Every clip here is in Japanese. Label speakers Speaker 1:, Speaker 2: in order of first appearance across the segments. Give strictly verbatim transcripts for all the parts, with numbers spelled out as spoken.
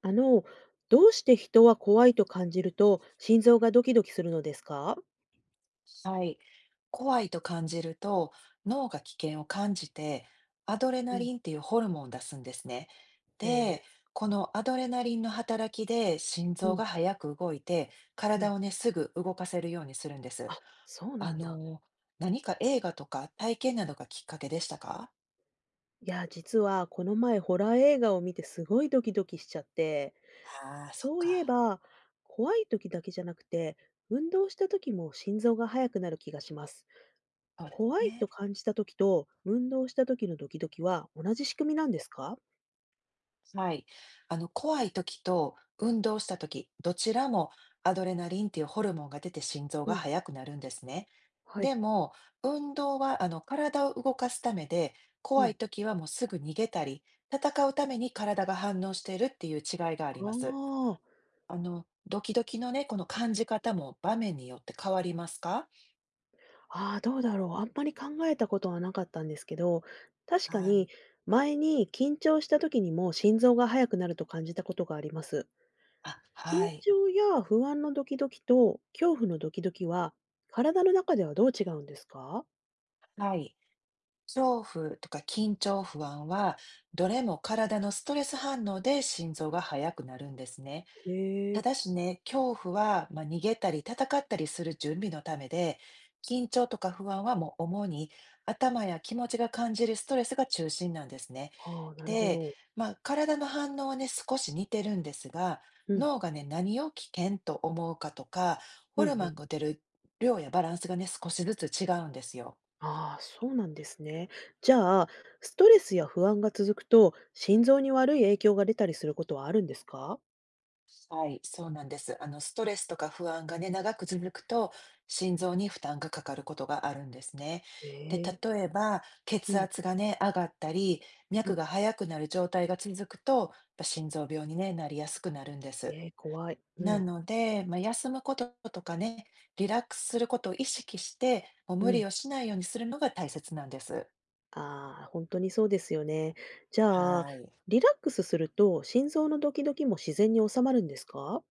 Speaker 1: あの、どうして人は怖いと感じると心臓がドキドキするのですか？
Speaker 2: はい。怖いと感じると脳が危険を感じてアドレ
Speaker 1: う
Speaker 2: ナ
Speaker 1: ん、
Speaker 2: リンっていうホルモンを出すんですね。
Speaker 1: へ
Speaker 2: で、
Speaker 1: え。
Speaker 2: このアドレナリンの働きで心
Speaker 1: う
Speaker 2: 臓
Speaker 1: ん、
Speaker 2: が早く動いて
Speaker 1: うん。
Speaker 2: 体をね、すぐ動かせるようにするんです。
Speaker 1: あ、そう
Speaker 2: あ
Speaker 1: なんだ。
Speaker 2: の、何か映画とか体験などがきっかけでしたか？
Speaker 1: いや、実はこの前ホラー映画を見てすごいドキドキしちゃって、
Speaker 2: ああー、そっ
Speaker 1: そういえ
Speaker 2: か。
Speaker 1: ば怖い時だけじゃなくて、運動した時も心臓が速くなる気がします。
Speaker 2: そうです
Speaker 1: 怖い
Speaker 2: ね。
Speaker 1: と感じた時と運動した時のドキドキは同じ仕組みなんですか？
Speaker 2: はい。あの、怖い時と運動した時、どちらもアドレナリンっていうホルモンが出て心臓
Speaker 1: う
Speaker 2: が
Speaker 1: ん、
Speaker 2: 速くなるんですね。
Speaker 1: は
Speaker 2: で
Speaker 1: い。
Speaker 2: も、運動はあの体を動かすためで、
Speaker 1: う
Speaker 2: 怖い
Speaker 1: ん。
Speaker 2: 時はもうすぐ逃げたり、戦うために体が反応しているっていう違いがあります。
Speaker 1: ああ、
Speaker 2: あの、ドキドキのね、この感じ方も場面によって変わりますか？
Speaker 1: ああ、どうだろう。あんまり考えたことはなかったんですけど、確か
Speaker 2: は
Speaker 1: に
Speaker 2: い。
Speaker 1: 前に緊張した時にも心臓が速くなると感じたことがあります。
Speaker 2: あ、
Speaker 1: 緊
Speaker 2: はい。
Speaker 1: 張や不安のドキドキと恐怖のドキドキは体の中ではどう違うんですか？
Speaker 2: はい。恐怖とか緊張不安は、どれも体のストレス反応で心臓が速くなるんですね。
Speaker 1: へ
Speaker 2: た
Speaker 1: え。
Speaker 2: だしね、恐怖は、まあ、逃げたり戦ったりする準備のためで、緊張とか不安はもう主に頭や気持ちが感じるストレスが中心なんですね。
Speaker 1: ああ、なるほ
Speaker 2: で、
Speaker 1: ど。
Speaker 2: まあ、体の反応はね、少し似てるんですが、
Speaker 1: うん、
Speaker 2: 脳がね、何を危険と思うかとか、
Speaker 1: う
Speaker 2: ホ
Speaker 1: ん、う
Speaker 2: ルモ
Speaker 1: ん。
Speaker 2: ンが出る量やバランスがね、少しずつ違うんですよ。
Speaker 1: ああ、そうなんですね。じゃあ、ストレスや不安が続くと心臓に悪い影響が出たりすることはあるんですか？
Speaker 2: はい、そうなんです。あの、ストレスとか不安がね、長く続くと、心臓に負担がかかることがあるんですね。
Speaker 1: え
Speaker 2: で、
Speaker 1: え。
Speaker 2: 例えば、
Speaker 1: う
Speaker 2: 血
Speaker 1: ん、
Speaker 2: 圧がね、上がったり、
Speaker 1: うん。
Speaker 2: 脈が速くなる状態が続くと、やっぱ心臓病に、ね、なりやすくなるんです。
Speaker 1: ええ、怖い。う
Speaker 2: な
Speaker 1: ん、
Speaker 2: ので、まあ、休むこととかね、リラックスすることを意識して、もう
Speaker 1: う
Speaker 2: 無
Speaker 1: ん。
Speaker 2: 理をしないようにするのが大切なんです。
Speaker 1: ああ、本当にそうですよね。じゃあ、
Speaker 2: はい。
Speaker 1: リラックスすると、心臓のドキドキも自然に収まるんですか？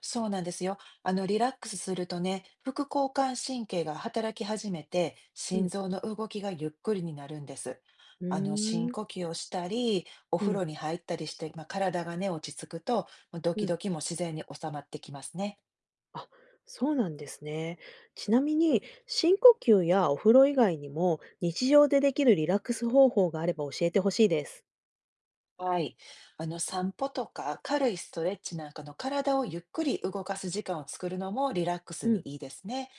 Speaker 2: そうなんですよ。あの、リラックスするとね、副交感神経が働き始めて、
Speaker 1: う
Speaker 2: 心
Speaker 1: ん。
Speaker 2: 臓の動きがゆっくりになるんです。
Speaker 1: う
Speaker 2: あの、深
Speaker 1: ーん。
Speaker 2: 呼吸をしたり、お
Speaker 1: う
Speaker 2: 風
Speaker 1: ん、
Speaker 2: 呂に入ったりして、まあ、体がね、落ち着くと、まあド
Speaker 1: う
Speaker 2: キ
Speaker 1: ん。
Speaker 2: ドキも自然に収まってきますね。
Speaker 1: あ、そうなんですね。ちなみに、深呼吸やお風呂以外にも、日常でできるリラックス方法があれば教えてほしいです。
Speaker 2: はい。あの、散歩とか軽いストレッチなんかの体をゆっくり動かす時間を作るのもリラックス
Speaker 1: う
Speaker 2: に
Speaker 1: ん。
Speaker 2: いいですね。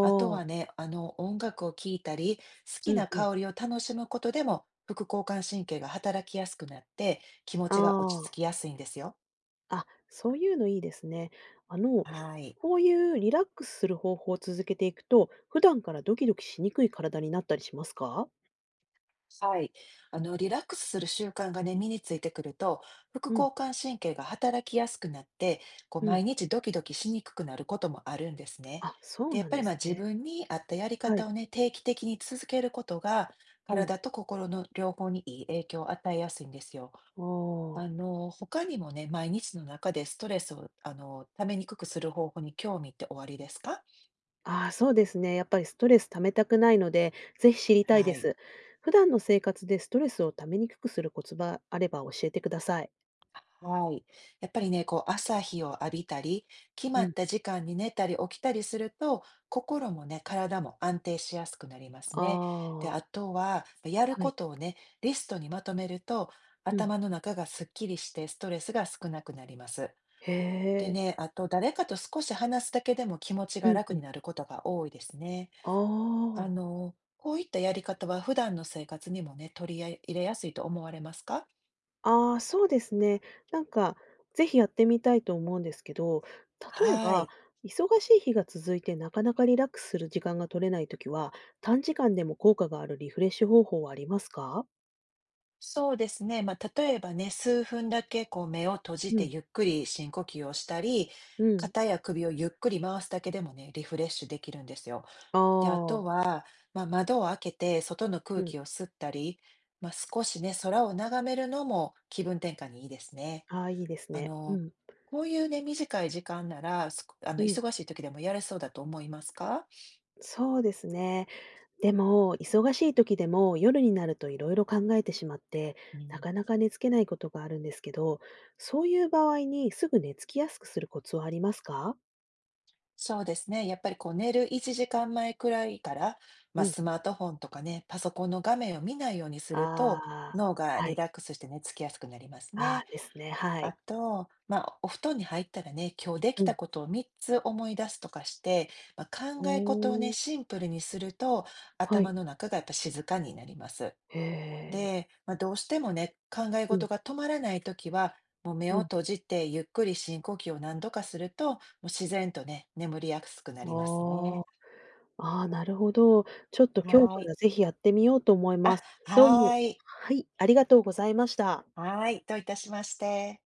Speaker 2: あとは
Speaker 1: あ。
Speaker 2: ね、あの、音楽を聴いたり、好き
Speaker 1: うん
Speaker 2: な
Speaker 1: うん。
Speaker 2: 香りを楽しむことでも、副交感神経が働きやすくなって、気持
Speaker 1: あ
Speaker 2: ちが落ち
Speaker 1: あ。
Speaker 2: 着きやすいんですよ。
Speaker 1: あ、そういうのいいですね。あの、
Speaker 2: はい。
Speaker 1: こういうリラックスする方法を続けていくと、普段からドキドキしにくい体になったりしますか？
Speaker 2: はい。あの、リラックスする習慣がね、身についてくると、副
Speaker 1: うん、
Speaker 2: 交感神経が働きやすくなって、こう、
Speaker 1: うん。
Speaker 2: 毎日ドキドキしにくくなることもあるんですね。
Speaker 1: あ、そ
Speaker 2: で、
Speaker 1: う
Speaker 2: やっ
Speaker 1: なん
Speaker 2: ぱ
Speaker 1: で
Speaker 2: りまあ
Speaker 1: す
Speaker 2: 自
Speaker 1: ね。
Speaker 2: 分に合ったやり
Speaker 1: はい。
Speaker 2: 方をね、定期的に続けることが、
Speaker 1: うん。
Speaker 2: 体と心の両方にいい影響を与えやすいんですよ。あ
Speaker 1: おあ。
Speaker 2: の、他にもね、毎日の中でストレスを、あの、ためにくくする方法に興味っておありですか？
Speaker 1: ああ、そうですね。やっぱりストレス溜めたくないので、ぜひ知りたい
Speaker 2: は
Speaker 1: で
Speaker 2: い。
Speaker 1: す。普段の生活でストレスを溜めにくくするコツがあれば教えてください。
Speaker 2: はい。やっぱりね、こう朝日を浴びたり、決
Speaker 1: う
Speaker 2: まっ
Speaker 1: ん。
Speaker 2: た時間に寝たり起きたりすると、心もね、体も安定しやすくなります
Speaker 1: あ
Speaker 2: ね。で、
Speaker 1: あ、
Speaker 2: あとは、まやる
Speaker 1: は
Speaker 2: こ
Speaker 1: い。
Speaker 2: とをね、リストにまとめると、
Speaker 1: うん。
Speaker 2: 頭の中がすっきりしてストレスが少なくなります。
Speaker 1: へ
Speaker 2: で
Speaker 1: え。
Speaker 2: ね、あと誰かと少し話すだけでも気持ち
Speaker 1: う
Speaker 2: が
Speaker 1: ん
Speaker 2: 楽
Speaker 1: う
Speaker 2: に
Speaker 1: ん。
Speaker 2: なることが多いですね。
Speaker 1: あ
Speaker 2: あ
Speaker 1: あ。
Speaker 2: の、こういったやり方は普段の生活にもね、取り入れやすいと思われますか？
Speaker 1: ああ、そうですね。なんか、ぜひやってみたいと思うんですけど、例え
Speaker 2: は
Speaker 1: ば、
Speaker 2: い。
Speaker 1: 忙しい日が続いてなかなかリラックスする時間が取れないときは、短時間でも効果があるリフレッシュ方法はありますか？
Speaker 2: そうですね。まあ、例えばね、数分だけこう目を閉じ
Speaker 1: う
Speaker 2: て
Speaker 1: ん、
Speaker 2: ゆっくり深呼吸をしたり、
Speaker 1: うん。
Speaker 2: 肩や首をゆっくり回すだけでもね、リフレッシュできるんですよ。
Speaker 1: あ
Speaker 2: で、あと
Speaker 1: あ、
Speaker 2: は、まあ、窓を開けて外の
Speaker 1: う
Speaker 2: 空
Speaker 1: ん。
Speaker 2: 気を吸ったり、まあ、少しね、空を眺めるのも気分転換にいいですね。
Speaker 1: ああ、いいです
Speaker 2: あ
Speaker 1: ね。う
Speaker 2: の、
Speaker 1: ん、
Speaker 2: こういうね、短い時間なら、すあの、
Speaker 1: うん。
Speaker 2: 忙しい時でもやれそうだと思いますか？
Speaker 1: そうですね。でも、忙しい時でも夜になるといろいろ考えてしまって、
Speaker 2: う
Speaker 1: な
Speaker 2: ん、
Speaker 1: かなか寝付けないことがあるんですけど、そういう場合にすぐ寝つきやすくするコツはありますか？
Speaker 2: そうですね。やっぱりこう寝るいちじかんまえくらいから、ま
Speaker 1: う
Speaker 2: あ、
Speaker 1: ん。
Speaker 2: スマートフォンとかね、パソコンの画面を見ないようにすると、
Speaker 1: ああ、
Speaker 2: 脳が
Speaker 1: は
Speaker 2: リ
Speaker 1: い。
Speaker 2: ラックスして寝つきやすくなります
Speaker 1: あ
Speaker 2: ね。
Speaker 1: あ、ですね、は
Speaker 2: あ
Speaker 1: い。
Speaker 2: と、まあ、お布団に入ったらね、今日でき
Speaker 1: う
Speaker 2: た
Speaker 1: ん。
Speaker 2: ことをみっつ思い出すとかして、まあ、
Speaker 1: お
Speaker 2: 考え事をね、
Speaker 1: お、
Speaker 2: シンプルにすると、
Speaker 1: は
Speaker 2: 頭
Speaker 1: い。
Speaker 2: の中がやっぱ静かになります。
Speaker 1: へえ。
Speaker 2: で、まあ、どうしてもね、考え
Speaker 1: う
Speaker 2: 事
Speaker 1: ん、
Speaker 2: が止まらないときは、もう目
Speaker 1: う
Speaker 2: を
Speaker 1: ん。
Speaker 2: 閉じてゆっくり深呼吸を何度かすると、もう自然とね、眠りやすくなります
Speaker 1: あ
Speaker 2: ね。
Speaker 1: あ、ああ、なるほど。ちょっと今日か
Speaker 2: はい。
Speaker 1: らぜひやってみようと思いま
Speaker 2: あ、
Speaker 1: す。どうも、
Speaker 2: はい。
Speaker 1: はい、ありがとうございました。
Speaker 2: はい。どういたしまして。